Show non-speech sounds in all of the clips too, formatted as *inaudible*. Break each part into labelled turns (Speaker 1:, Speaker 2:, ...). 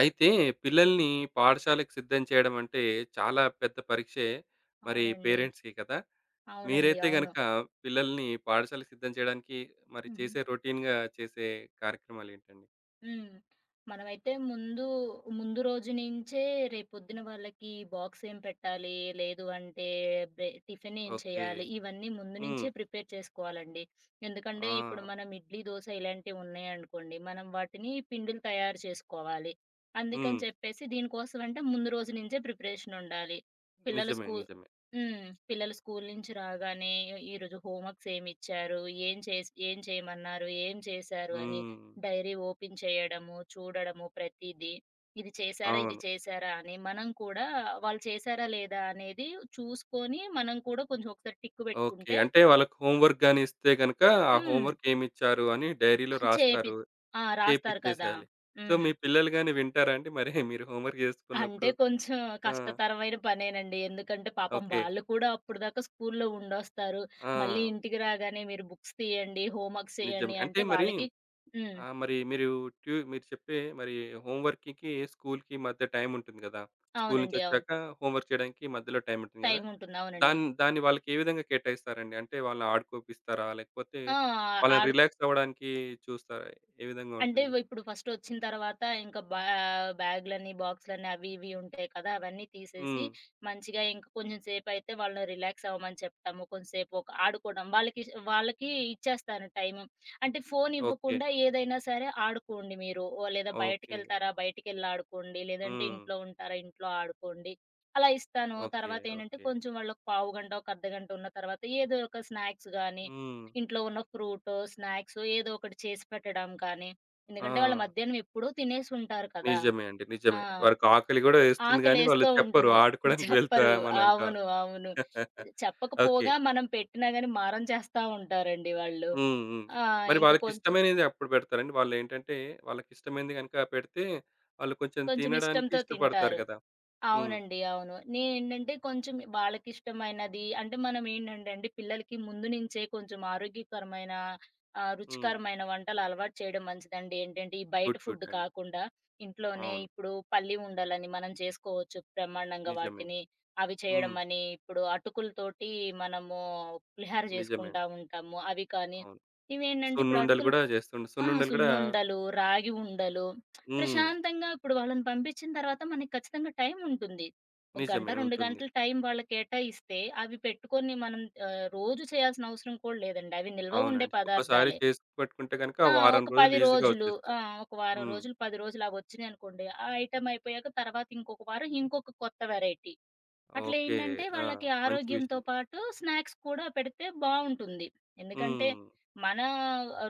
Speaker 1: అయితే పిల్లల్ని పాఠశాలకు సిద్ధం చేయడం అంటే చాలా పెద్ద పరీక్షే మరి
Speaker 2: అవునండి.
Speaker 1: పేరెంట్స్‌కి కదా!
Speaker 2: అవునండి.
Speaker 1: మీరైతే
Speaker 2: అవును.
Speaker 1: గనక పిల్లల్ని పాఠశాలకు సిద్ధం చేయడానికి మరి
Speaker 2: హుహు.
Speaker 1: చేసే రొటీన్‌గా చేసే కార్యక్రమాలేంటండి?
Speaker 2: హ్మ్. మనమైతే ముందు రోజు నించే రేపొద్దున వాళ్ళకి బాక్స్ ఏం పెట్టాలి, లేదు అంటే టిఫిన్ ఏం
Speaker 1: ఓకే.
Speaker 2: చేయాలి, ఇవన్నీ ముందు
Speaker 1: హ్మ్.
Speaker 2: నుంచే ప్రిపేర్ చేసుకోవాలండి. ఎందుకంటే
Speaker 1: ఆ!
Speaker 2: ఇప్పుడు మనం ఇడ్లీ, దోస ఇలాంటివి ఉన్నాయనుకోండి, మనం వాటిని పిండిలు తయారు చేసుకోవాలి.
Speaker 1: హ్మ్.
Speaker 2: అందుకని చెప్పేసి దీనికోసం అంటే ముందు రోజు నుంచే ప్రిపరేషన్ ఉండాలి. పిల్లలు
Speaker 1: నిజమే.
Speaker 2: స్కూ
Speaker 1: నిజమే.
Speaker 2: హ్మ్. పిల్లలు స్కూలు నుంచి రాగానే ఈరోజు హోంవర్క్స్ ఏమిచ్చారు, ఏం చేసి ఏం చేయమన్నారు, ఏం చేశారు అని
Speaker 1: హ్మ్.
Speaker 2: డైరీ ఓపెన్ చేయడము, చూడడము ప్రతీదీ. ఇది చేశారా? ఇది
Speaker 1: అవును.
Speaker 2: చేశారా? అని మనం కూడా వాళ్ళు చేశారా? లేదా? అనేది చూసుకొని మనం కూడా కొంచెం ఒకసారి టిక్
Speaker 1: ఓకే.
Speaker 2: పెట్టుకుంటే.
Speaker 1: అంటే వాళ్ళకి హోమ్ వర్క్ గాని ఇస్తే గనక ఆ హోమ్
Speaker 2: హ్మ్.
Speaker 1: వర్క్ ఏమిచ్చారు అని డైరీలో
Speaker 2: ఆహ్, చేపి
Speaker 1: రాస్తారు.
Speaker 2: ఆ! రాస్తారు కదా!
Speaker 1: చేపిచ్చేసేయాలి. సో,
Speaker 2: హ్మ్.
Speaker 1: మీ పిల్లలు గాని వింటారా అండి? మరి మీరు హోమ్ వర్క్
Speaker 2: అంటే
Speaker 1: జేసుకున్నప్పుడు?
Speaker 2: కొంచెం
Speaker 1: ఆ!
Speaker 2: కష్టతరమైన పనేనండి. ఎందుకంటే పాపం
Speaker 1: ఓకే.
Speaker 2: వాళ్ళు కూడా అప్పటిదాకా స్కూల్లో ఉండొస్తారు. మళ్ళీ
Speaker 1: ఆ!
Speaker 2: ఇంటికి రాగానే మీరు బుక్స్ తీయండి, హోంవర్క్స్
Speaker 1: నిజమే.
Speaker 2: చేయండి
Speaker 1: అంటే
Speaker 2: అంటే
Speaker 1: మరి
Speaker 2: వాళ్ళకి. హ్మ్.
Speaker 1: మరి మీరు మీరు చెప్పే మరి హోమ్ వర్క్‌కి, స్కూల్‌కి మధ్య టైమ్ ఉంటుంది గదా! స్కూల్ నుంచి
Speaker 2: అవునండి. అవును.
Speaker 1: వచ్చాక హోమ్ వర్క్ చేయడానికి మధ్యలో టైమ్ ఉంటుంది గదా!
Speaker 2: టైముంటుంది. అవునండి.
Speaker 1: దాన్ని దాన్ని వాళ్ళకి ఏ విధంగా కేటాయిస్తారండి? అంటే వాళ్ళని ఆడుకోపిస్తారా? లేకపోతే
Speaker 2: ఆ!
Speaker 1: వాళ్ళని
Speaker 2: ఆడు
Speaker 1: రిలాక్స్ అవ్వడానికి చూస్తారా? ఏ విధంగా
Speaker 2: అంటే
Speaker 1: ఉంటుంది?
Speaker 2: ఇప్పుడు ఫస్టొచ్చిన తర్వాత ఇంక బ్యాగులని, బాక్సులని అవి ఇవి ఉంటాయి కదా! అవన్నీ తీసేసి
Speaker 1: హ్మ్.
Speaker 2: మంచిగా ఇంక కొంచెం సేపయితే వాళ్ళని రిలాక్స్ అవ్వమని చెప్తాము. కొంసేపు ఒక ఆడుకోవడం వాళ్ళకి ఇచ్చేస్తాను టైము. అంటే ఫోను
Speaker 1: ఓకే.
Speaker 2: ఇవ్వకుండా ఏదైనా సరే ఆడుకోండి మీరు. ఓ లేదా
Speaker 1: ఓకే.
Speaker 2: బయటికెళ్తారా బయటికెళ్ళి ఆడుకోండి. లేదంటే
Speaker 1: హ్మ్.
Speaker 2: ఇంట్లో ఉంటారా ఇంట్లో ఆడుకోండి. అలా ఇస్తాను.
Speaker 1: ఓకే.
Speaker 2: తర్వాతేంటంటే
Speaker 1: ఓకే.
Speaker 2: కొంచెం వాళ్ళకి పావుగంట, ఒక అర్ధగంట ఉన్న తర్వాత ఏదో ఒక స్నాక్స్ గానీ,
Speaker 1: హ్మ్.
Speaker 2: ఇంట్లో ఉన్న ఫ్రూటో, స్నాక్సో ఏదో ఒకటి చేసి పెట్టడం కానీ.
Speaker 1: ఆ!
Speaker 2: ఎందుకంటే వాళ్ళు మధ్యాహ్నం ఎప్పుడూ తినేసి ఉంటారు కదా!
Speaker 1: నిజమే అండి.
Speaker 2: ఆ!
Speaker 1: నిజమే. వారికి ఆకలి గూడా వేస్తుంది గానీ, వాళ్ళు
Speaker 2: ఆకలేస్తూ
Speaker 1: చెప్పరు
Speaker 2: ఉంటుంది.
Speaker 1: ఆడుకోవడానికి
Speaker 2: చెప్పరు.
Speaker 1: వెళ్తామనంట.
Speaker 2: అవును.
Speaker 1: ఓకే.
Speaker 2: చెప్పకపోగా మనం పెట్టినా గాని మారం చేస్తా ఉంటారండి వాళ్ళు.
Speaker 1: హ్మ్. హ్మ్.
Speaker 2: ఆ!
Speaker 1: మరి
Speaker 2: ఇంక కొంచెం
Speaker 1: వాళ్ళకిష్టమైనది అప్పుడు పెడతారండి. వాళ్ళేంటంటే వాళ్ళకిష్టమైనది గనుక పెడితే వాళ్ళు కొంచెం
Speaker 2: కొంచెం
Speaker 1: తినడానికి
Speaker 2: ఇష్టంతో
Speaker 1: ఇష్టపడతారు
Speaker 2: తింటారు.
Speaker 1: గదా! హ్మ్.
Speaker 2: అవునండి. అవును. నేనేంటంటే కొంచెం వాళ్ళకిష్టమైనది అంటే మనం ఏంటంటే అండి పిల్లలకి ముందు నుంచే కొంచెం ఆరోగ్యకరమైన
Speaker 1: హ్మ్.
Speaker 2: రుచికరమైన వంటలు అలవాటు చేయడం మంచిదండి. ఏంటంటే ఈ బయట
Speaker 1: గుడ్. గుడ్
Speaker 2: ఫుడ్
Speaker 1: అండి.
Speaker 2: కాకుండా ఇంట్లోనే
Speaker 1: అవును.
Speaker 2: ఇప్పుడు పల్లి ఉండలని మనం చేసుకోవచ్చు బ్రహ్మాండంగా
Speaker 1: నిజమే.
Speaker 2: వాటిని. అవి చేయడం
Speaker 1: హ్మ్.
Speaker 2: అని ఇప్పుడు అటుకులతోటి మనము పులిహార
Speaker 1: నిజమే. అండి.
Speaker 2: చేసుకుంటా ఉంటాము. అవి కానీ
Speaker 1: అవును.
Speaker 2: ఇవేంటంటే ఇప్పుడు
Speaker 1: సున్నుండలు
Speaker 2: అటుకులు.
Speaker 1: గూడా జేస్తుండు.
Speaker 2: ఆహా!
Speaker 1: సున్నుండలు గూడా
Speaker 2: సున్నుండలు, రాగి ఉండలు.
Speaker 1: హ్మ్.
Speaker 2: ప్రశాంతంగా ఇప్పుడు వాళ్ళని పంపించిన తర్వాత మనకి ఖచ్చితంగా టైం ఉంటుంది. ఒక గంట,
Speaker 1: నిజమే
Speaker 2: 2
Speaker 1: ఉంటుంది.
Speaker 2: గంటలు టైం వాళ్ళకి కేటాయిస్తే అవి పెట్టుకొని మనం రోజు చేయాల్సిన అవసరం కూడా లేదండి. అవి నిల్వ ఉండే
Speaker 1: అవునండి. ఒకసారి
Speaker 2: పదార్థాలే.
Speaker 1: చేసి పెట్టుకుంటే గనుక
Speaker 2: ఆ!
Speaker 1: వారం
Speaker 2: ఒక
Speaker 1: రోజులు
Speaker 2: 10
Speaker 1: ఈజీగా
Speaker 2: రోజులు. ఆ!
Speaker 1: వచ్చేస్తాయి.
Speaker 2: ఒక వారం
Speaker 1: హ్మ్.
Speaker 2: రోజులు, 10 రోజులు అవొచ్చినాయనుకోండి. ఆ ఐటెమ్ అయిపోయాక తర్వాత ఇంకొక వారం ఇంకొక కొత్త వేరైటీ.
Speaker 1: ఓకే.
Speaker 2: అట్లేంటంటే
Speaker 1: ఆ!
Speaker 2: వాళ్ళకి
Speaker 1: మంచి
Speaker 2: ఆరోగ్యంతో
Speaker 1: విషయం.
Speaker 2: పాటు స్నాక్స్ కూడా పెడితే బావుంటుంది. ఎందుకంటే,
Speaker 1: హ్మ్.
Speaker 2: మన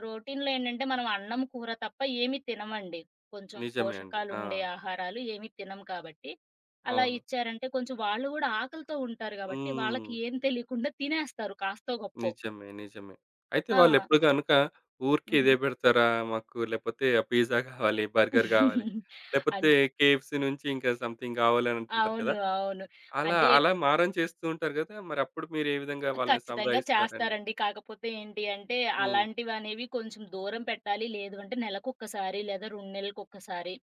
Speaker 2: రొటీన్‌లో ఏంటంటే, మనం అన్నం, కూర తప్ప ఏమి తినమండి. కొంచెం
Speaker 1: నిజమే అండి. ఆ!
Speaker 2: పోషకాలుండే ఆహారాలు ఏమి తినం కాబట్టి, అలా
Speaker 1: అవును.
Speaker 2: ఇచ్చారంటే కొంచెం వాళ్ళు గూడా ఆకలితో ఉంటారు గాబట్టి,
Speaker 1: హ్మ్.
Speaker 2: వాళ్ళకి ఏం తెలియకుండా తినేస్తారు కాస్తో గొప్పో.
Speaker 1: నిజమే. నిజమే. అయితే
Speaker 2: ఆ!
Speaker 1: వాళ్ళెప్పుడు గనుక ఊరికే
Speaker 2: హుహు.
Speaker 1: ఇదే పెడతారా? మాకు లేపోతే ఆ పిజ్జా కావాలి, బర్గర్ గావాలి,
Speaker 2: *laughs* అన్
Speaker 1: లేపోతే కేఎఫ్‌సీ నుంచి ఇంకా సంథింగ్ కావాలని అంటుంటారు కదా!
Speaker 2: అవును. అవును.
Speaker 1: అలా
Speaker 2: అంటే
Speaker 1: అలా మారం చేస్తూ ఉంటారు కదా! మరి అప్పుడు మీరు ఏ విధంగా వాళ్ళని
Speaker 2: ఖచ్చితంగా
Speaker 1: సముదాయిస్తారండి?
Speaker 2: చేస్తారండి. కాకపోతే ఏంటి అంటే,
Speaker 1: హ్మ్.
Speaker 2: అలాంటివనేవి కొంచెం దూరం పెట్టాలి. లేదు అంటే నెలకొక్కసారి లేదా 2 నెలలకొక్కసారి.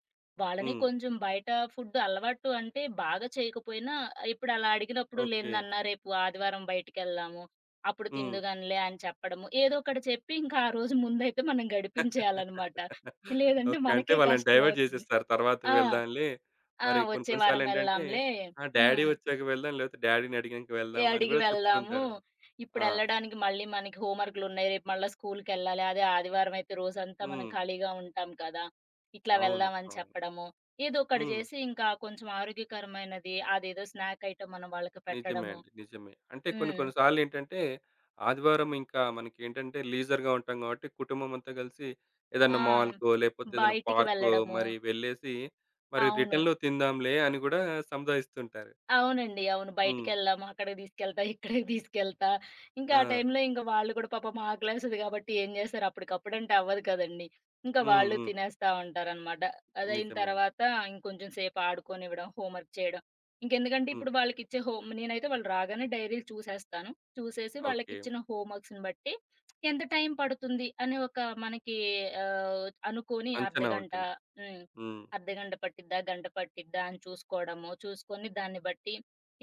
Speaker 2: వాళ్ళని
Speaker 1: హ్మ్.
Speaker 2: కొంచెం బయట ఫుడ్ అలవాటు అంటే బాగా చేయకపోయినా ఇప్పుడు అలా అడిగినప్పుడు లేదు
Speaker 1: ఓకే.
Speaker 2: నాన్న రేపు ఆదివారం బయటికెళ్దాము. అప్పుడు
Speaker 1: హ్మ్.
Speaker 2: తిందుగానిలే అని చెప్పడము. ఏదో ఒకటి చెప్పి ఇంకా ఆ రోజు ముందైతే మనం గడిపించేయాలనమాట.
Speaker 1: *laughs*
Speaker 2: లేదంటే
Speaker 1: ఓకే. అంటే
Speaker 2: మనకే
Speaker 1: వాళ్ళని
Speaker 2: కష్టం
Speaker 1: డైవర్ట్
Speaker 2: అవుతుంది.
Speaker 1: చేసేస్తారు. తర్వాత
Speaker 2: ఆ!
Speaker 1: వెళ్దాంలే.
Speaker 2: ఆ!
Speaker 1: మరి కొన్ని
Speaker 2: వచ్చే
Speaker 1: కొన్ని
Speaker 2: వారం
Speaker 1: సార్లేంటంటే
Speaker 2: వెళ్దాంలే.
Speaker 1: ఆ! డ్యాడీ
Speaker 2: హ్మ్.
Speaker 1: వచ్చాక వెళ్దాం లేకపోతే డ్యాడీని అడిగాక
Speaker 2: ఏ
Speaker 1: వెళ్దాం అని
Speaker 2: అడిగి
Speaker 1: గూడా చెప్తూ
Speaker 2: వెళ్దాము.
Speaker 1: ఉంటారు. ఆ!
Speaker 2: ఇప్పుడెళ్ళడానికి మళ్ళీ మనకి హోమ్ వర్క్‌లున్నాయి. రేపు మళ్ళా స్కూలుకెళ్ళాలి. అదే ఆదివారం అయితే రోజంతా మనం
Speaker 1: హ్మ్.
Speaker 2: ఖాళీగా ఉంటాం కదా! ఇట్లా
Speaker 1: అవును.
Speaker 2: వెళ్దామని
Speaker 1: అవును.
Speaker 2: చెప్పడము. ఏదో ఒకటి
Speaker 1: హ్మ్.
Speaker 2: జేసి ఇంకా కొంచెం ఆరోగ్యకరమైనది అదేదో స్నాక్ ఐటెమ్ మనం వాళ్ళకి
Speaker 1: నిజమే
Speaker 2: పెట్టడము.
Speaker 1: అండి. నిజమే. అంటే కొన్ని
Speaker 2: హ్మ్.
Speaker 1: కొన్ని సార్లేంటంటే, ఆదివారం ఇంకా మనకేంటంటే లీజర్‌గా ఉంటాం కాబట్టి, కుటుంబమంతా కలిసి ఏదన్నా
Speaker 2: ఆ!
Speaker 1: మాల్‌కో, లేపోతే ఏదైనా
Speaker 2: బయటికి
Speaker 1: పార్కో
Speaker 2: వెళ్ళడము.
Speaker 1: మరి వెళ్ళేసి, మరి
Speaker 2: అవును.
Speaker 1: రిటర్న్‌లో తిందాంలే అని గూడా సంధాయిస్తుంటారు.
Speaker 2: అవునండి. అవును.
Speaker 1: హ్మ్.
Speaker 2: బయటికెళ్దాము, అక్కడికి తీసుకెళ్తా, ఇక్కడికి తీసుకెళ్తా. ఇంకా ఆ
Speaker 1: ఆ!
Speaker 2: టైంలో ఇంక వాళ్ళు కూడా పాపం ఆకలేస్తది కాబట్టి ఏం చేస్తారు అప్పటికప్పుడంటే అవ్వదు కదండీ. ఇంకా
Speaker 1: హ్మ్.
Speaker 2: వాళ్ళు
Speaker 1: హ్మ్.
Speaker 2: తినేస్తా ఉంటారనమాట. అదయిన
Speaker 1: నిజమే అండి.
Speaker 2: తర్వాత ఇంకొంచెం సేపు ఆడుకోనివ్వడం, హోంవర్క్ చేయడం. ఇంకెందుకంటే
Speaker 1: హ్మ్.
Speaker 2: ఇప్పుడు వాళ్ళకిచ్చే హోం నేనైతే వాళ్ళు రాగానే డైరీలు చూసేస్తాను. చూసేసి
Speaker 1: ఓకే.
Speaker 2: వాళ్ళకిచ్చిన హోంవర్క్స్‌ని బట్టి ఎంత టైం పడుతుంది అని మనకి అనుకోని
Speaker 1: అంచనా
Speaker 2: అర్ధగంట.
Speaker 1: ఉంటుంది.
Speaker 2: హ్మ్.
Speaker 1: హ్మ్.
Speaker 2: అర్ధగంట పట్టిద్దా? గంట పట్టిద్దా? అని చూసుకోవడము. చూసుకొని దాన్ని బట్టి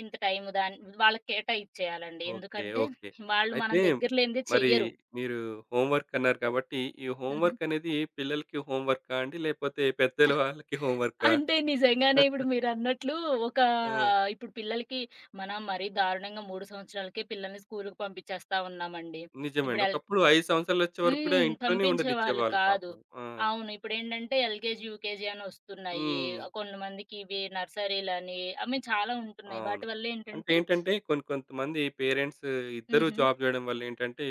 Speaker 2: ఇంత టైము దాన్ వాళ్ళకి కేటాయిచ్చేయాలండి.
Speaker 1: ఓకే.
Speaker 2: ఎందుకంటే
Speaker 1: ఓకే.
Speaker 2: వాళ్ళు మనం
Speaker 1: అయితే
Speaker 2: దగ్గర లేనిదే
Speaker 1: మరి
Speaker 2: చెయ్యరు.
Speaker 1: మీరు హోమ్ వర్క్ అన్నారు కాబట్టి, ఈ హోమ్
Speaker 2: హుహు.
Speaker 1: వర్క్ అనేది పిల్లలకి హోమ్ వర్కా అండి? లేపోతే పెద్దల వాళ్ళకి హోమ్ వర్కా?
Speaker 2: అంటే నిజంగానే ఇప్పుడు మీరన్నట్లు ఒక
Speaker 1: ఆ!
Speaker 2: ఇప్పుడు పిల్లలకి మనం మరీ దారుణంగా 3 సంవత్సరాలకే పిల్లల్ని స్కూలుకి పంపించేస్తా ఉన్నామండి. ఇప్పుడు
Speaker 1: నిజమండి.
Speaker 2: ఎల్
Speaker 1: ఒకప్పుడు 5 సంవత్సరాలొచ్చే వరకు కూడా
Speaker 2: హ్మ్.
Speaker 1: ఇంట్లోనే
Speaker 2: పంపించేవాళ్ళు
Speaker 1: ఉండనిచ్చేవాళ్ళు
Speaker 2: కాదు.
Speaker 1: పాపం. ఆ!
Speaker 2: అవును. ఇప్పుడేంటంటే ఎల్‌కేజీ, యూకేజీ అని వస్తున్నాయి.
Speaker 1: హ్మ్.
Speaker 2: కొంతమందికి ఇవి నర్సరీలని అవి చాలా ఉంటున్నాయి.
Speaker 1: అవును.
Speaker 2: వాటి
Speaker 1: అంటే
Speaker 2: వల్లేంటంటే
Speaker 1: ఏంటంటే కొన్ని కొంతమంది పేరెంట్స్ ఇద్దరూ
Speaker 2: హుహు.
Speaker 1: జాబ్ జేయడం వల్లేంటంటే,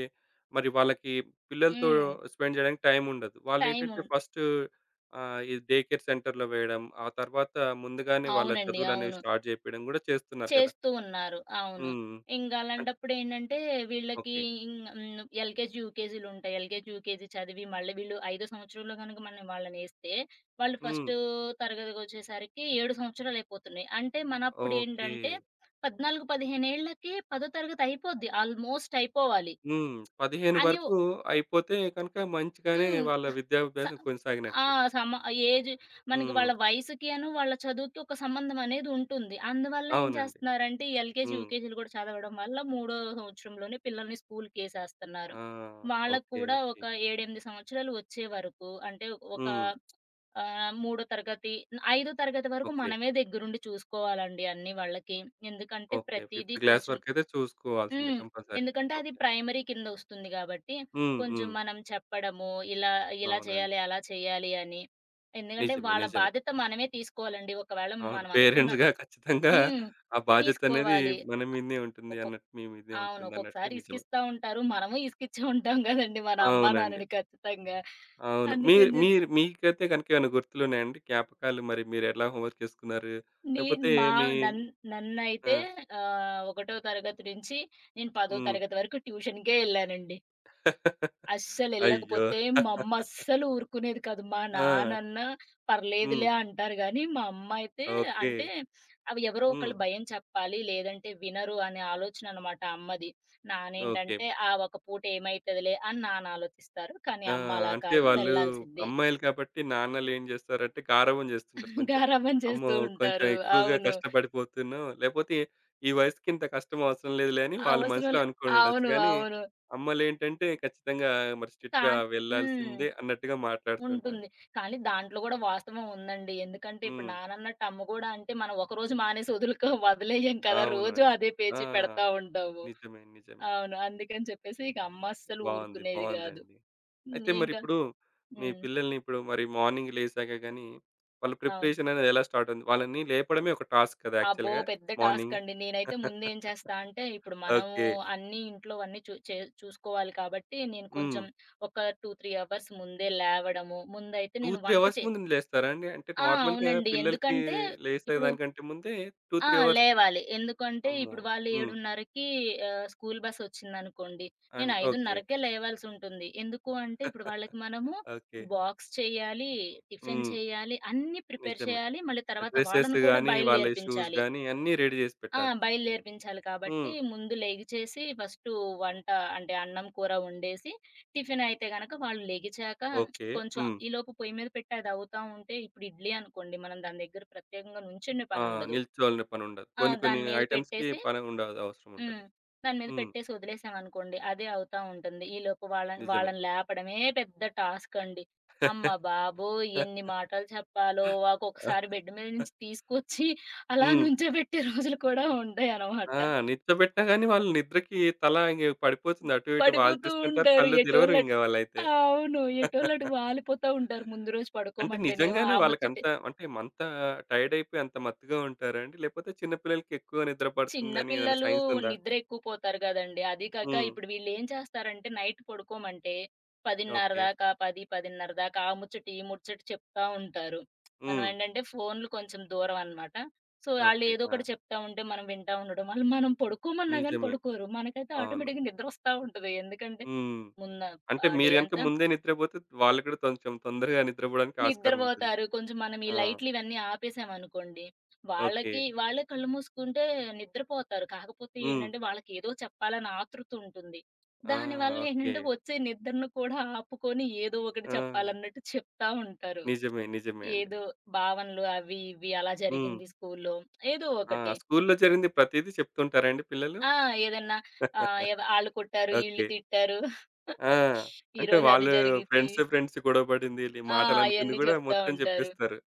Speaker 1: మరి వాళ్ళకి పిల్లలతో
Speaker 2: హ్మ్.
Speaker 1: స్పెండ్ జేయడానికి టైముండదు.
Speaker 2: టైం
Speaker 1: వాళ్ళేంటంటే
Speaker 2: ఉన్
Speaker 1: ఫస్ట్ ఈ డే కేర్ సెంటర్‌లో వేయడం, ఆ తర్వాత ముందుగానే వాళ్ళ
Speaker 2: అవునండి.
Speaker 1: చదువులనేవి
Speaker 2: అవును.
Speaker 1: స్టార్ట్ జేపియడం గూడా చేస్తున్నారు గదా!
Speaker 2: చేస్తూ ఉన్నారు. అవును.
Speaker 1: హ్మ్.
Speaker 2: ఇంక
Speaker 1: అన్
Speaker 2: అలాంటప్పుడేంటంటే వీళ్ళకి
Speaker 1: ఓకే.
Speaker 2: ఇంగ్ హ్మ్. ఎల్‌కేజీ, యూకేజీలుంటాయి. ఎల్‌కేజీ, యూకేజీ చదివి మళ్ళీ వీళ్ళు ఐదో సంవత్సరంలో గనుక మనం వాళ్ళనేస్తే వాళ్ళు
Speaker 1: హ్మ్.
Speaker 2: ఫస్టు తరగతికొచ్చేసరికి 7 సంవత్సరాలయిపోతున్నాయి. అంటే
Speaker 1: ఓకే.
Speaker 2: మనప్పుడేంటంటే 14, 15 ఏళ్లకి పదో తరగతి అయిపోద్ది. ఆల్‌మోస్ట్ అయిపోవాలి.
Speaker 1: హ్మ్. 15
Speaker 2: అని
Speaker 1: వరకు అయిపోతే కనుక మంచిగానే
Speaker 2: హ్మ్.
Speaker 1: వాళ్ళ
Speaker 2: స
Speaker 1: విద్యాభ్యాసం
Speaker 2: ఆ!
Speaker 1: కొనసాగినట్టు.
Speaker 2: సమ ఏజ్ మనకి
Speaker 1: హ్మ్.
Speaker 2: వాళ్ళ వాళ్ళ చదువుకి ఒక సంబంధం అనేది ఉంటుంది. అందువల్ల ఏం
Speaker 1: అవునండి.
Speaker 2: చేస్తున్నారంటే, ఈ ఎల్‌కేజీ,
Speaker 1: హ్మ్.
Speaker 2: యూకేజీలు గూడా చదవడం వల్ల మూడో సంవత్సరంలోనే పిల్లల్ని స్కూలుకేసేస్తన్నారు.
Speaker 1: ఆ!
Speaker 2: వాళ్ళకి
Speaker 1: ఓకే.
Speaker 2: కూడా
Speaker 1: ఓకే.
Speaker 2: ఒక 7, 8 సంవత్సరాలు వచ్చే వరకు అంటే ఒక
Speaker 1: హ్మ్.
Speaker 2: మూడో తరగతి, ఐదో తరగతి వరకు
Speaker 1: ఓకే.
Speaker 2: మనమే దగ్గరుండి చూసుకోవాలండి అన్నీ వాళ్ళకి. ఎందుకంటే
Speaker 1: ఓకే.
Speaker 2: ప్రతీదీ
Speaker 1: ఫిఫ్త్ క్లాస్
Speaker 2: కొంచెం.
Speaker 1: వరకైతే చూసుకోవాల్సిందే
Speaker 2: హ్మ్.
Speaker 1: కంపల్సరీ.
Speaker 2: ఎందుకంటే అది
Speaker 1: ఓకే.
Speaker 2: ప్రైమరీ కిందొస్తుంది గాబట్టి,
Speaker 1: హ్మ్.
Speaker 2: కొంచెం
Speaker 1: హ్మ్.
Speaker 2: మనం చెప్పడము, ఇలా, ఇలా
Speaker 1: అవునండి.
Speaker 2: చేయాలి, అలా చేయాలి అని. ఎందుకంటే
Speaker 1: నిజమే.
Speaker 2: వాళ్ళ
Speaker 1: నిజమే.
Speaker 2: బాధ్యత మనమే తీసుకోవాలండి. ఒకవేళ
Speaker 1: అవును.
Speaker 2: మనం అనుకున్న
Speaker 1: పేరెంట్స్‌గా ఖచ్చితంగా
Speaker 2: హ్మ్.
Speaker 1: ఆ బాధ్యతనేది
Speaker 2: తీసుకోవాలి.
Speaker 1: మన మీదనే ఉంటుంది
Speaker 2: ఒక్కొక్
Speaker 1: అన్నట్టు మీ మీదే
Speaker 2: అవును.
Speaker 1: ఉంటుందన్నట్టు
Speaker 2: ఒక్కొక్కసారి
Speaker 1: నిజమే.
Speaker 2: ఇసికిస్తా ఉంటారు. మనము ఇసికిచ్చే ఉంటాం గదండీ మన అమ్మా,
Speaker 1: అవునండి.
Speaker 2: నాన్నని ఖచ్చితంగా.
Speaker 1: అవును.
Speaker 2: అందుకని జెప్పి
Speaker 1: మీరు మీకైతే గనుక ఏమైనా గుర్తులున్నాయా అండి? జ్ఞాపకాలు మరి మీరు ఎలా హోంవర్క్ చేసుకున్నారు?
Speaker 2: నేను
Speaker 1: లేకపోతే
Speaker 2: మా
Speaker 1: మీ
Speaker 2: నన్
Speaker 1: ఆ!
Speaker 2: నన్నైతే ఒకటో తరగతి నుంచి నేను 10
Speaker 1: హ్మ్.
Speaker 2: తరగతి వరకు ట్యూషన్‌కే ఎళ్ళానండి.
Speaker 1: *laughs* అయ్యో!
Speaker 2: అస్సలెళ్ళకపోతే మా అమ్మ అస్సలు ఊరుకునేది కాదు. మా
Speaker 1: ఆ!
Speaker 2: నాన్నన్నా
Speaker 1: హ్మ్.
Speaker 2: పర్లేదులే అంటారు గానీ, మా అమ్మ అయితే.
Speaker 1: ఓకే.
Speaker 2: అంటే అవి ఎవరో
Speaker 1: హ్మ్.
Speaker 2: ఒకళ్ళు భయం చెప్పాలి, లేదంటే వినరు అనే ఆలోచన అనమాట అమ్మది.
Speaker 1: ఓకే.
Speaker 2: నానేంటంటే, ఆ ఒక పూట ఏమైతదిలే అని నాన్న ఆలోచిస్తారు. కానీ
Speaker 1: ఆ!
Speaker 2: అమ్మ అలా
Speaker 1: అంటే
Speaker 2: కాదు
Speaker 1: వాళ్ళు
Speaker 2: వెళ్ళాల్సిందే.
Speaker 1: అమ్మాయిలు కాబట్టి నాన్నలేం జేస్తారంటే గారాబం జేస్తుంటారు
Speaker 2: *laughs*
Speaker 1: కొంచెం.
Speaker 2: గారాబం
Speaker 1: అమ్మో!
Speaker 2: చేస్తూ
Speaker 1: కొంచెం
Speaker 2: ఉంటారు.
Speaker 1: ఎక్కువగా
Speaker 2: అవును.
Speaker 1: కష్టపడిపోతున్నావు. లేపోతే ఈ వయసుకి ఇంత కష్టం అవసరం లేదులే అని వాళ్ళు
Speaker 2: అవసరం
Speaker 1: మనసులో
Speaker 2: లే
Speaker 1: అనుకోనుండొచ్చు
Speaker 2: అవును.
Speaker 1: గానీ,
Speaker 2: అవును.
Speaker 1: అమ్మలేంటంటే ఖచ్చితంగా మరి స్ట్రిక్ట్‌గా
Speaker 2: కాన్ హ్మ్.
Speaker 1: వెళ్ళాల్సిందే అన్నట్టుగా మాట్లాడుతుంటారు.
Speaker 2: ఉంటుంది. కానీ దాంట్లో గూడా వాస్తవం ఉందండి. ఎందుకంటే ఇప్పుడు
Speaker 1: హ్మ్.
Speaker 2: నానన్నట్టు అమ్మ గూడా అంటే మనం ఒకరోజు మానేసి వదులుకో వదిలేయం కదా! రోజూ
Speaker 1: అవునండి.
Speaker 2: అదే
Speaker 1: ఆ!
Speaker 2: పేచీ పెడతా ఉంటాము.
Speaker 1: నిజమే. నిజమే.
Speaker 2: అవును. అందుకని చెప్పేసి ఇక అమ్మ అస్సలు
Speaker 1: బావుంది.
Speaker 2: ఊరుకునేది గాదు.
Speaker 1: బావుందండి.
Speaker 2: హ్మ్.
Speaker 1: అయితే
Speaker 2: ఇంకా
Speaker 1: మరిప్పుడు మీ
Speaker 2: హ్మ్.
Speaker 1: పిల్లల్ని ఇప్పుడు మరి మార్నింగ్ లేసాక గాని వాళ్ళ
Speaker 2: అవును.
Speaker 1: ప్రిపరేషన్ అనేది ఎలా స్టార్ట్ అవుతుంది? వాళ్ళని లేపడమే ఒక టాస్క్ కదా!
Speaker 2: అబ్బో!
Speaker 1: యాక్చువల్‌గా
Speaker 2: పెద్ద టాస్క్
Speaker 1: మార్నింగ్.
Speaker 2: అండి. నేనైతే
Speaker 1: *laughs*
Speaker 2: ముందేం చేస్తా అంటే ఇప్పుడు మనము
Speaker 1: ఓకే.
Speaker 2: అన్నీ ఇంట్లోవన్నీ చూ చే చూసుకోవాలి కాబట్టి నేను
Speaker 1: హ్మ్.
Speaker 2: కొంచెం ఒక 2, 3 అవర్స్ ముందే లేవడము. ముందైతే
Speaker 1: 2,
Speaker 2: నేను
Speaker 1: 3
Speaker 2: వంట
Speaker 1: అవర్స్
Speaker 2: చే
Speaker 1: ముందు లేస్తారా అండి? అంటే
Speaker 2: ఆ!
Speaker 1: నార్మల్‌గా
Speaker 2: అవునండి.
Speaker 1: పిల్లలకి
Speaker 2: ఎందుకంటే ఇప్పుడు
Speaker 1: లేసేదానికంటే ముందే 2,
Speaker 2: ఆ!
Speaker 1: 3 అవర్స్
Speaker 2: లేవాలి. ఎందుకంటే
Speaker 1: అమ్మో!
Speaker 2: ఇప్పుడు వాళ్ళు
Speaker 1: హ్మ్.
Speaker 2: 7:30కి స్కూల్ బస్సొచ్చిందనుకోండి. నేను
Speaker 1: అండ్ ఓకే.
Speaker 2: 5:30కే లేవాల్సుంటుంది. ఎందుకు అంటే ఇప్పుడు
Speaker 1: *laughs*
Speaker 2: వాళ్ళకి మనము
Speaker 1: ఓకే.
Speaker 2: బాక్స్ చేయాలి, టిఫిన్
Speaker 1: హ్మ్.
Speaker 2: చేయాలి, అన్నీ ప్రిపేర్
Speaker 1: నిజమే.
Speaker 2: చేయాలి. మళ్ళీ తర్వాత
Speaker 1: డ్రెసెస్
Speaker 2: వాళ్ళని కూడా
Speaker 1: గాని, వాళ్ళ షూస్
Speaker 2: బయలుదేర్పించాలి.
Speaker 1: గాని అన్నీ రెడీ చేసి
Speaker 2: ఆ!
Speaker 1: పెట్టాలి.
Speaker 2: బయలుదేర్పించాలి కాబట్టి
Speaker 1: హ్మ్.
Speaker 2: ముందు లెగిచేసి ఫస్టు వంట అంటే అన్నం, కూర వండేసి టిఫిన్ అయితే గనక వాళ్ళు లెగిచాక
Speaker 1: ఓకే.
Speaker 2: కొంచెం
Speaker 1: హ్మ్.
Speaker 2: ఈలోపు పొయ్యి మీద పెట్టి అది అవుతా ఉంటే ఇప్పుడు ఇడ్లీ అనుకోండి మనం దాని దగ్గర ప్రత్యేకంగా నుంచునే
Speaker 1: ఆ!
Speaker 2: పనుండదు.
Speaker 1: నిల్చోవాల్సిన పనుండదు.
Speaker 2: ఆ!
Speaker 1: కొన్ని కొన్ని
Speaker 2: దాని మీద
Speaker 1: ఐటెమ్స్‌కి
Speaker 2: పెట్టేసి
Speaker 1: పని ఉండదు అవసరం
Speaker 2: హ్మ్.
Speaker 1: ఉండదు.
Speaker 2: దాని మీద
Speaker 1: హ్మ్.
Speaker 2: పెట్టేసి వదిలేసామనుకోండి. అదే అవుతా ఉంటుంది. ఈలోపు వాళ్ళని
Speaker 1: నిజమే.
Speaker 2: వాళ్ళని లేపడమే పెద్ద టాస్క్ అండి. అమ్మ బాబోయ్! ఎన్ని మాటలు చెప్పాలో. ఒక్కొక్కసారి బెడ్ మీద నుంచి తీసుకొచ్చి అలా
Speaker 1: హ్మ్.
Speaker 2: నుంచోబెట్టే రోజులు కూడా ఉంటాయనమాట.
Speaker 1: ఆ! నిద్రబెట్టినా గాని వాళ్ళు నిద్రకి తల ఇంగ పడిపోతుంది. అటు ఇటు
Speaker 2: పడిపోతూ
Speaker 1: వాల్చేస్తుంటారు.
Speaker 2: ఉంటారు
Speaker 1: కళ్ళు తెరవరు
Speaker 2: ఎటోళ్ళు
Speaker 1: ఇంగ
Speaker 2: అటు
Speaker 1: వాళ్ళైతే.
Speaker 2: అవును. ఎటోళ్ళు అటు
Speaker 1: *laughs*
Speaker 2: వాలిపోతా ఉంటారు. ముందు రోజు
Speaker 1: అంటే
Speaker 2: పడుకోమంటేనేమో
Speaker 1: నిజంగానే
Speaker 2: ఆ
Speaker 1: వాళ్ళకంత
Speaker 2: ముచ్చటే.
Speaker 1: అంటే అంత టైర్డ్ అయిపోయి అంత మత్తుగా ఉంటారండి? లేకపోతే చిన్న పిల్లలకి ఎక్కువ నిద్ర
Speaker 2: చిన్న
Speaker 1: పడుతుందని ఏదైనా
Speaker 2: పిల్లలు
Speaker 1: సైన్స్ ఉందా?
Speaker 2: నిద్ర ఎక్కువ పోతారు గదండీ! అది కాక
Speaker 1: హ్మ్.
Speaker 2: ఇప్పుడు వీళ్ళేం చేస్తారంటే నైట్ పడుకోమంటే 10:30
Speaker 1: ఓకే.
Speaker 2: దాకా 10, 10:30 దాకా ఆ ముచ్చట, ఈ ముచ్చట చెప్తా ఉంటారు. మనం
Speaker 1: హ్మ్.
Speaker 2: ఏంటంటే ఫోన్‌లు కొంచెం దూరం అన్నమాట. So,
Speaker 1: okay.
Speaker 2: ఆళ్ళేదో
Speaker 1: ఆ!
Speaker 2: ఒకటి చెప్తా ఉంటే మనం వింటా ఉండడం వల్ల మనం పడుకోమన్నా గాని
Speaker 1: నిజమే.
Speaker 2: పడుకోరు. మనకైతే
Speaker 1: అవును.
Speaker 2: ఆటోమేటిక్‌గా నిద్రొస్తా ఉంటది. ఎందుకంటే,
Speaker 1: హ్మ్.
Speaker 2: ముంద
Speaker 1: అంటే
Speaker 2: ఆ డే
Speaker 1: మీరు గనుక
Speaker 2: అంతా
Speaker 1: ముందే నిద్రపోతే వాళ్ళు కూడా కొంచెం తొందరగా నిద్రపోవడానికి ఆస్కారం ఉంటుంది.
Speaker 2: నిద్రబోతారు. కొంచెం మనం ఈ
Speaker 1: ఆ!
Speaker 2: లైట్లు ఇవన్నీ ఆపేసామనుకోండి,
Speaker 1: ఓకే.
Speaker 2: వాళ్ళకి వాళ్ళే కళ్ళు మూసుకుంటే నిద్రపోతారు. కాకపోతే
Speaker 1: హ్మ్.
Speaker 2: ఏంటంటే, వాళ్ళకేదో చెప్పాలని ఆతృత ఉంటుంది.
Speaker 1: ఆ!
Speaker 2: దానివల్ల
Speaker 1: ఓకే.
Speaker 2: ఏంటంటే, వచ్చే నిద్రను కూడా ఆపుకొని ఏదో ఒకటి
Speaker 1: ఆ!
Speaker 2: చెప్పాలన్నట్టు చెప్తా ఉంటారు.
Speaker 1: నిజమే. నిజమే అండి.
Speaker 2: ఏదో భావనలు అవి, ఇవి అలా
Speaker 1: హ్మ్.
Speaker 2: జరిగింది స్కూల్లో. ఏదో
Speaker 1: ఆ!
Speaker 2: ఒకటి.
Speaker 1: స్కూల్‌లో జరిగింది ప్రతీదీ చెప్తుంటారా అండి పిల్లలు?
Speaker 2: ఆ! ఏదన్నా ఆహ్,
Speaker 1: *laughs*
Speaker 2: ఎవ ఆళ్ళు కొట్టారు, ఈళ్ళు
Speaker 1: ఓకే.
Speaker 2: తిట్టారు.
Speaker 1: ఆ!
Speaker 2: *laughs*
Speaker 1: అంటే
Speaker 2: ఈరోజు అది
Speaker 1: వాళ్ళు
Speaker 2: జరిగిద్ది.
Speaker 1: ఫ్రెండ్స్ గొడవ పడింది, లే
Speaker 2: ఆ!
Speaker 1: మాటలనుకుంది
Speaker 2: అయన్నీ
Speaker 1: కూడా
Speaker 2: చెప్తా
Speaker 1: మొత్తం
Speaker 2: ఉంటారు.
Speaker 1: చెప్పేస్తారు.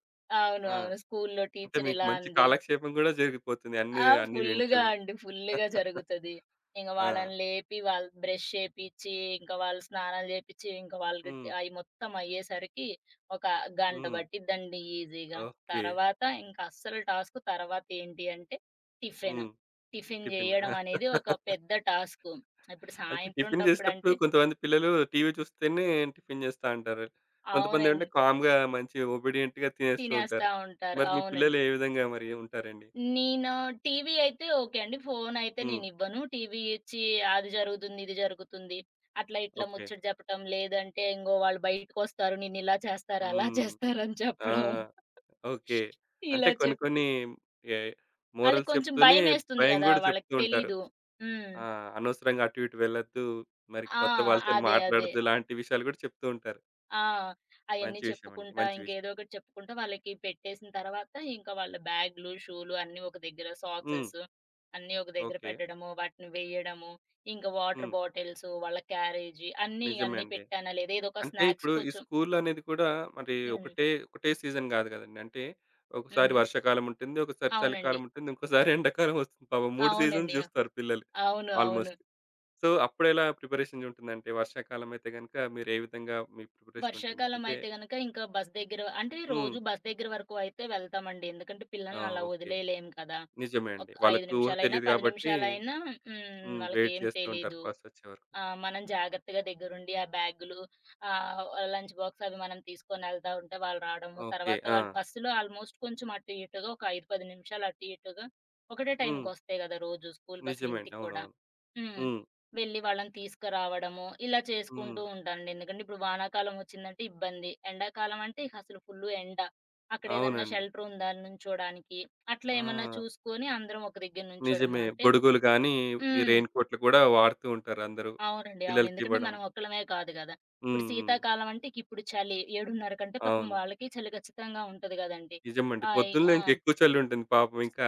Speaker 2: అవును.
Speaker 1: ఆ!
Speaker 2: అవును. స్కూల్లో
Speaker 1: అంటే
Speaker 2: టీచర్
Speaker 1: మీకు
Speaker 2: ఇలా
Speaker 1: మంచి
Speaker 2: అంది.
Speaker 1: కాలక్షేపం కూడా జరిగిపోతుంది అన్నీ,
Speaker 2: ఆ!
Speaker 1: అన్నీ వింటూ.
Speaker 2: ఫుల్లుగా అండి. ఫుల్లుగా
Speaker 1: *laughs*
Speaker 2: జరుగుతది. ఇంక
Speaker 1: ఆ!
Speaker 2: వాళ్ళని లేపి, వాళ్ళు బ్రష్ చేపిచ్చి, ఇంకా వాళ్ళు స్నానాలు చేపిచ్చి, ఇంకా వాళ్ళకి
Speaker 1: హ్మ్.
Speaker 2: అయి మొత్తం అయ్యేసరికి ఒక గంట
Speaker 1: హ్మ్.
Speaker 2: పట్టిద్దండి ఈజీగా.
Speaker 1: ఓకే.
Speaker 2: తర్వాత ఇంక అస్సలు టాస్క్ తర్వాత ఏంటి అంటే టిఫిన్.
Speaker 1: హ్మ్.
Speaker 2: Tiffin
Speaker 1: tiffin.
Speaker 2: చేయడం అనేది ఒక పెద్ద టాస్కు. ఇప్పుడు
Speaker 1: అంటే
Speaker 2: సాయంత్రం
Speaker 1: టిఫిన్ చేసేటప్పుడు
Speaker 2: టప్పుడంటే
Speaker 1: కొంతమంది పిల్లలు టీవీ చూస్తేనే టిఫిన్ చేస్తా అంటారు. కొంతమందేంటంటే
Speaker 2: అవునండి.
Speaker 1: కామ్‌గా మంచి ఒబీడియంట్‌గా తినేస్తూ
Speaker 2: తినేస్తా
Speaker 1: ఉంటారు.
Speaker 2: ఉంటారు.
Speaker 1: మరి మీ
Speaker 2: అవునండి.
Speaker 1: పిల్లలు ఏ విధంగా మరి ఉంటారండి?
Speaker 2: నేను టీవీ అయితే ఓకే అండి. ఫోనయితే
Speaker 1: హ్మ్.
Speaker 2: నేనివ్వను. టీవీ ఇచ్చి అది జరుగుతుంది, ఇది జరుగుతుంది. అట్లా ఇట్లా
Speaker 1: ఓకే.
Speaker 2: ముచ్చట చెప్పటం, లేదంటే ఇంగో వాళ్ళు బయటకొస్తారు నిన్నిలా చేస్తారు, అలా
Speaker 1: హ్మ్.
Speaker 2: చేస్తారని
Speaker 1: ఆ!
Speaker 2: చెప్పడం.
Speaker 1: ఓకే. అంటే
Speaker 2: ఇలా
Speaker 1: కొన్ని
Speaker 2: చెప్పి
Speaker 1: కొన్ని ఏ
Speaker 2: ఆళ్ళకి
Speaker 1: మోరల్స్
Speaker 2: కొంచెం
Speaker 1: చెప్తూనే
Speaker 2: భయమేస్తుంది
Speaker 1: భయం
Speaker 2: గదా!
Speaker 1: గూడా
Speaker 2: వాళ్ళకి
Speaker 1: చెప్తూ ఉంటారు.
Speaker 2: తెలీదు. హ్మ్.
Speaker 1: ఆ! అనవసరంగా అటు ఇటు వెళ్ళొద్దు. మరి
Speaker 2: ఆ!
Speaker 1: కొత్త వాళ్ళతోని
Speaker 2: అదే.
Speaker 1: మాట్లాడొద్దు. ఇలాంటి విషయాలు గూడా చెప్తూ ఉంటారు.
Speaker 2: ఆ! అయన్నీ
Speaker 1: మంచి విషయం అండి.
Speaker 2: చెప్పుకుంటా,
Speaker 1: మంచి విషయం.
Speaker 2: ఇంకేదో ఒకటి చెప్పుకుంటా వాళ్ళకి పెట్టేసిన తర్వాత, ఇంకా వాళ్ళ బ్యాగులు, షూలు అన్నీ ఒక దగ్గర,
Speaker 1: హ్మ్.
Speaker 2: సాక్సెస్ అన్నీ ఒక దగ్గర
Speaker 1: ఓకే.
Speaker 2: పెట్టడము, వాటిని వెయ్యడము, ఇంకా వాటర్
Speaker 1: హ్మ్.
Speaker 2: బాటిల్స్, వాళ్ళ క్యారేజీ అన్నీ,
Speaker 1: నిజమే
Speaker 2: అన్నీ
Speaker 1: అండి.
Speaker 2: పెట్టానా లేదా, ఏదో ఒక
Speaker 1: అంటే
Speaker 2: స్నాక్స్
Speaker 1: ఇప్పుడు ఈ
Speaker 2: కొంచెం.
Speaker 1: స్కూల్ అనేది కూడా మరి
Speaker 2: హ్మ్.
Speaker 1: ఒకటే ఒకటే సీజన్ కాదు కదండీ. అంటే ఒకసారి
Speaker 2: హుహు.
Speaker 1: వర్షాకాలం ఉంటుంది. ఒకసారి
Speaker 2: అవునండి.
Speaker 1: చలికాలం ఉంటుంది. ఇంకోసారి ఎండాకాలం వస్తుంది. పాపం 3 సీజన్స్
Speaker 2: అవునండి.
Speaker 1: చూస్తారు పిల్లలు
Speaker 2: అవును.
Speaker 1: ఆల్‌మోస్ట్. సో, అప్పుడెలా ప్రిపరేషన్ ఉంటుందంటే వర్షాకాలం అయితే గనుక మీరు ఏ విధంగా మీ ప్రిపరేషన్ ఉంటుంది?
Speaker 2: వర్షాకాలం
Speaker 1: అంటే
Speaker 2: అయితే గనక ఇంకా బస్ దగ్గర అంటే
Speaker 1: హ్మ్.
Speaker 2: రోజు బస్ దగ్గర వరకు అయితే వెళ్తామండి. ఎందుకంటే
Speaker 1: ఆ!
Speaker 2: పిల్లల్ని అలా
Speaker 1: ఓకే.
Speaker 2: వదిలేయలేము కదా!
Speaker 1: నిజమే
Speaker 2: ఒక
Speaker 1: అండి.
Speaker 2: 5
Speaker 1: వాళ్ళకి ఊహ
Speaker 2: నిమిషాలైనా,
Speaker 1: తెలీదు
Speaker 2: 10
Speaker 1: కాబట్టి
Speaker 2: నిమిషాలైనా.
Speaker 1: హ్మ్. వెయిట్
Speaker 2: వాళ్ళకేం
Speaker 1: చేస్తూ ఉంటారు
Speaker 2: తెలీదు.
Speaker 1: బస్ వచ్చే వరకు.
Speaker 2: ఆ! మనం జాగ్రత్తగా దగ్గరుండి ఆ బ్యాగులు ఆహ్, లంచ్ బాక్స్ అవి మనం తీసుకొనెళ్తా ఉంటే వాళ్ళు రావడము.
Speaker 1: ఓకే.
Speaker 2: తర్వాత
Speaker 1: ఆ!
Speaker 2: వాళ్ళు బస్సులో ఆల్‌మోస్ట్ కొంచెం అటు ఇటుగా ఒక 5, 10 నిమిషాలు అటు ఇటుగా ఒకటే
Speaker 1: హ్మ్.
Speaker 2: టైంకొస్తాయి గదా! రోజు స్కూల్ బస్సులు
Speaker 1: నిజమే అండి.
Speaker 2: ఇంటికి కూడా.
Speaker 1: అవునవును.
Speaker 2: హ్మ్.
Speaker 1: హ్మ్.
Speaker 2: వెళ్లి వాళ్ళని తీసుకురావడము. ఇలా
Speaker 1: హ్మ్.
Speaker 2: చేసుకుంటూ ఉంటానండి. ఎందుకంటే ఇప్పుడు వానాకాలం వచ్చిందంటే ఇబ్బంది. ఎండాకాలం అంటే ఇక అసలు ఫుల్లు ఎండ. అక్కడ ఏదన్నా
Speaker 1: అవునండి.
Speaker 2: షెల్టర్ ఉందా అని నుంచోడానికి. అట్లా ఏమన్నా
Speaker 1: ఆ!
Speaker 2: చూసుకొని అందరం ఒక దగ్గర నుంచోవడము.
Speaker 1: నిజమే.
Speaker 2: అంటే
Speaker 1: గొడుగులు గానీ, ఈ
Speaker 2: హ్మ్.
Speaker 1: రెయిన్‌కోట్లు కూడా వాడుతూ ఉంటారు అందరూ.
Speaker 2: అవునండి. అవును.
Speaker 1: పిల్లలకి
Speaker 2: ఎందుకంటే
Speaker 1: ఇవ్వడం.
Speaker 2: మనం ఒక్కళ్ళమే కాదు గదా!
Speaker 1: హ్మ్.
Speaker 2: ఇప్పుడు
Speaker 1: హ్మ్.
Speaker 2: శీతాకాలం అంటే ఇక ఇప్పుడు చలి. 7:30 కంటే పాపం
Speaker 1: అవును.
Speaker 2: వాళ్ళకి చలి ఖచ్చితంగా ఉంటది గదండీ!
Speaker 1: నిజమండి.
Speaker 2: ఆయి
Speaker 1: పొద్దున్నే
Speaker 2: ఆ!
Speaker 1: ఇంకెక్కువ చలుంటుంది పాపం ఇంకా.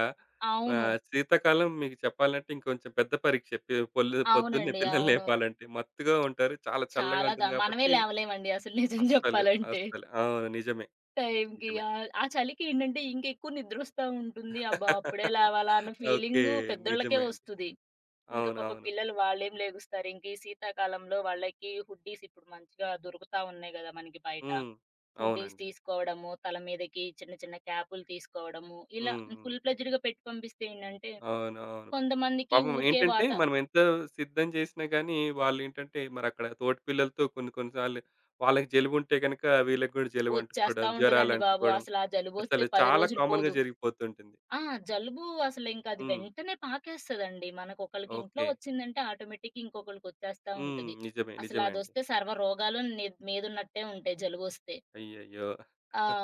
Speaker 2: అవును.
Speaker 1: శీతాకాలం మీకు చెప్పాలంటే ఇంకొంచెం పెద్ద పరీక్ష. పి పొల్లు పొద్దున్నే
Speaker 2: అవునండి.
Speaker 1: పిల్లల్ని
Speaker 2: అవును.
Speaker 1: లేపాలంటే. మత్తుగా ఉంటారు. చాలా చల్లగా
Speaker 2: చాలా దా
Speaker 1: ఉంటుంది
Speaker 2: మనమే
Speaker 1: కాబట్టి
Speaker 2: లేవలేమండి అసలు నిజం
Speaker 1: అస్సలు,
Speaker 2: జెప్పాలంటే.
Speaker 1: అస్సలు. అవును. నిజమే.
Speaker 2: టైంకి
Speaker 1: నిజమే.
Speaker 2: ఆ చలికి ఏంటంటే ఇంకెక్కువ నిద్రొస్తా ఉంటుంది. అబ్బా! అప్పుడే
Speaker 1: *laughs*
Speaker 2: లేవాలా అన్న
Speaker 1: ఓకే.
Speaker 2: ఫీలింగు పెద్దోళ్ళకే
Speaker 1: నిజమే అండి.
Speaker 2: వస్తది. ఇంకా పాపం
Speaker 1: అవునవును.
Speaker 2: పిల్లలు వాళ్ళేం లెగుస్తారు. ఇంక ఈ శీతాకాలంలో వాళ్ళకి హుడ్డీస్ ఇప్పుడు మంచిగా దొరుకుతా ఉన్నాయి గదా! మనకి బయట.
Speaker 1: హ్మ్.
Speaker 2: హుడ్డీస్
Speaker 1: అవునండి.
Speaker 2: తీసుకోవడము, తల మీదకి చిన్న చిన్న క్యాపులు తీసుకోవడము, ఇలా
Speaker 1: హ్మ్. హ్మ్.
Speaker 2: ఫుల్ ఫ్లెడ్జ్డ్‌గా పెట్టి పంపిస్తే ఏంటంటే,
Speaker 1: అవునవును.
Speaker 2: కొంతమందికి
Speaker 1: పాపం
Speaker 2: ఊరికే
Speaker 1: ఏంటంటే
Speaker 2: వాత
Speaker 1: మనం ఎంత సిద్ధం చేసినా గానీ వాళ్ళేంటంటే మరక్కడ తోటి పిల్లలతో కొన్ని కొన్ని సార్లు వాళ్ళకి జలుబుంటే గనక వీళ్ళకి గూడా జలుబంటుకోవడం,
Speaker 2: వచ్చేస్తా ఉంటదండి బాబు.
Speaker 1: జ్వరాలంటుకోవడం
Speaker 2: అసలు ఆ జలుబొస్తే
Speaker 1: అసలు
Speaker 2: 10
Speaker 1: చాలా
Speaker 2: రోజులు
Speaker 1: కామన్‌గా
Speaker 2: పోదు.
Speaker 1: జరిగిపోతుంటుంది.
Speaker 2: ఆ! జలుబు అసలు ఇంక అది
Speaker 1: హ్మ్.
Speaker 2: వెంటనే పాకేస్తదండి. మనకు ఒకళ్ళకి ఇంట్లో
Speaker 1: ఓకే.
Speaker 2: వచ్చిందంటే ఆటోమేటిక్‌గా ఇంకొకళ్ళకొచ్చేస్తా
Speaker 1: హ్మ్.
Speaker 2: ఉంటది.
Speaker 1: నిజమే.
Speaker 2: అసలు
Speaker 1: నిజమే అండి.
Speaker 2: అదొస్తే సర్వ రోగాలు నీ మీదున్నట్టే ఉంటాయి జలుబొస్తే.
Speaker 1: అయ్యయ్యో!
Speaker 2: ఆ!
Speaker 1: *laughs*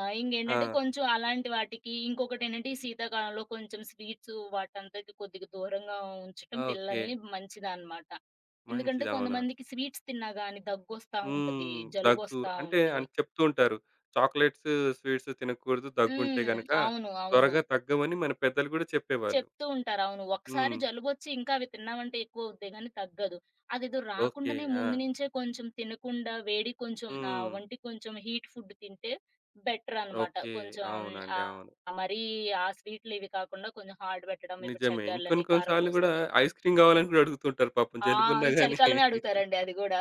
Speaker 1: ఆ!
Speaker 2: ఇంగేంటంటే కొంచెం అలాంటి వాటికి ఇంకొకటేంటంటే ఈ శీతాకాలంలో కొంచెం స్వీట్సు వాటంతకి కొద్దిగా దూరంగా ఉంచటం
Speaker 1: ఓకే.
Speaker 2: పిల్లల్ని మంచిదనమాట. ఎందుకంటే
Speaker 1: మంచిది. అవునవును.
Speaker 2: కొంతమందికి స్వీట్స్ తిన్నా గాని దగ్గొస్తా ఉంటది.
Speaker 1: హ్మ్. దగ్గు
Speaker 2: జలుబొస్తా
Speaker 1: అంటే
Speaker 2: ఉంటది.
Speaker 1: అని చెప్తూ ఉంటారు. చాక్లెట్స్, స్వీట్స్ తినకూడదు. దగ్గుంటే
Speaker 2: హ్మ్.
Speaker 1: గనక
Speaker 2: అవును.
Speaker 1: త్వరగా తగ్గమని మన పెద్దలు గూడా చెప్పేవాళ్ళు.
Speaker 2: చెప్తూ ఉంటారు. అవును. ఒకసారి
Speaker 1: హ్మ్.
Speaker 2: జలుబొచ్చి ఇంకా అవి తిన్నామంటే ఎక్కువవుద్దే గానీ తగ్గదు. అదేదో
Speaker 1: ఓకే.
Speaker 2: రాకుండానే
Speaker 1: ఆ!
Speaker 2: ముందు నుంచే కొంచెం తినకుండా వేడి కొంచెం
Speaker 1: హ్మ్.
Speaker 2: ఒంటికి కొంచెం హీట్ ఫుడ్ తింటే బెటరనమాట.
Speaker 1: ఓకే.
Speaker 2: కొంచెం
Speaker 1: అవునండి.
Speaker 2: ఆహ్,
Speaker 1: అవును.
Speaker 2: మరీ ఆ స్వీట్లు ఇవి కాకుండా కొంచెం హార్డ్ పెట్టడం. ఇప్పుడు
Speaker 1: నిజమే. ఇంకొన్ని
Speaker 2: చెగ్గార్లని,
Speaker 1: కొన్ని సార్లు గూడా
Speaker 2: కారంపూసని.
Speaker 1: ఐస్ క్రీమ్ గావాలని గూడా అడుగుతుంటారు పాపం
Speaker 2: ఆ!
Speaker 1: జలుబున్నా
Speaker 2: ఈ
Speaker 1: గాని.
Speaker 2: చలికాలమే అడుగుతారండి అది గూడా.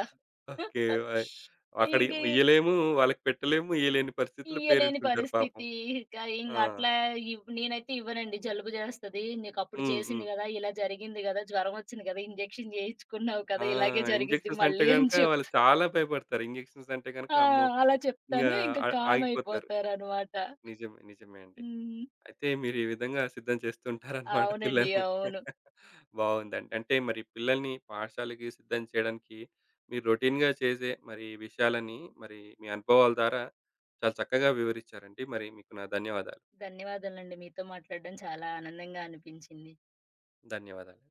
Speaker 1: ఓకే.
Speaker 2: *laughs*
Speaker 1: అక్కడ
Speaker 2: ఇంక
Speaker 1: ఇయ్యలేము, వాళ్ళకి పెట్టలేము, ఇయ్యలేని పరిస్థితిలో
Speaker 2: ఇయ్యలేని
Speaker 1: పేరెంట్స్ ఉంటారు పాపం.
Speaker 2: పరిస్థితి. ఇక ఇంగ
Speaker 1: ఆ!
Speaker 2: అట్లా ఇవ్ నేనైతే ఇవ్వనండి. జలుబు జేస్తది. నీకప్పుడు
Speaker 1: హ్మ్. హ్మ్.
Speaker 2: చేసింది గదా! ఇలా జరిగింది గదా! జ్వరమొచ్చింది గదా! ఇంజెక్షన్ జేయించుకున్నావు
Speaker 1: ఆ!
Speaker 2: కదా! ఇలాగే జరిగిద్ది
Speaker 1: ఇంజెక్షన్స్ అంటే
Speaker 2: మళ్ళీ అని
Speaker 1: గనుక వాళ్ళు
Speaker 2: చెప్తా.
Speaker 1: చాలా భయపడతారు. ఇంజెక్షన్స్ అంటే గనుక
Speaker 2: ఆ!
Speaker 1: అమ్మో!
Speaker 2: అలా
Speaker 1: ఇంగా
Speaker 2: చెప్తాను. ఇంక
Speaker 1: ఆ
Speaker 2: కామ్
Speaker 1: ఆగిపోతారు.
Speaker 2: అయిపోతారనమాట.
Speaker 1: నిజమే. నిజమే అండి.
Speaker 2: హ్మ్.
Speaker 1: అయితే మీరు ఈ విధంగా సిద్ధం చేస్తుంటారనమాట
Speaker 2: అవునండి.
Speaker 1: పిల్లల్ని.
Speaker 2: అవును.
Speaker 1: *laughs* బావుందండి. అంటే మరి పిల్లల్ని పాఠశాలకి సిద్ధం చేయడానికి మీరు రొటీన్‌గా చేసే మరి ఈ విషయాలని మరి మీ అనుభవాల ద్వారా చాలా చక్కగా వివరించారండి. మరి మీకు నా ధన్యవాదాలు.
Speaker 2: ధన్యవాదాలండి. మీతో మాట్లాడడం చాలా ఆనందంగా అనిపించింది.
Speaker 1: ధన్యవాదాలు.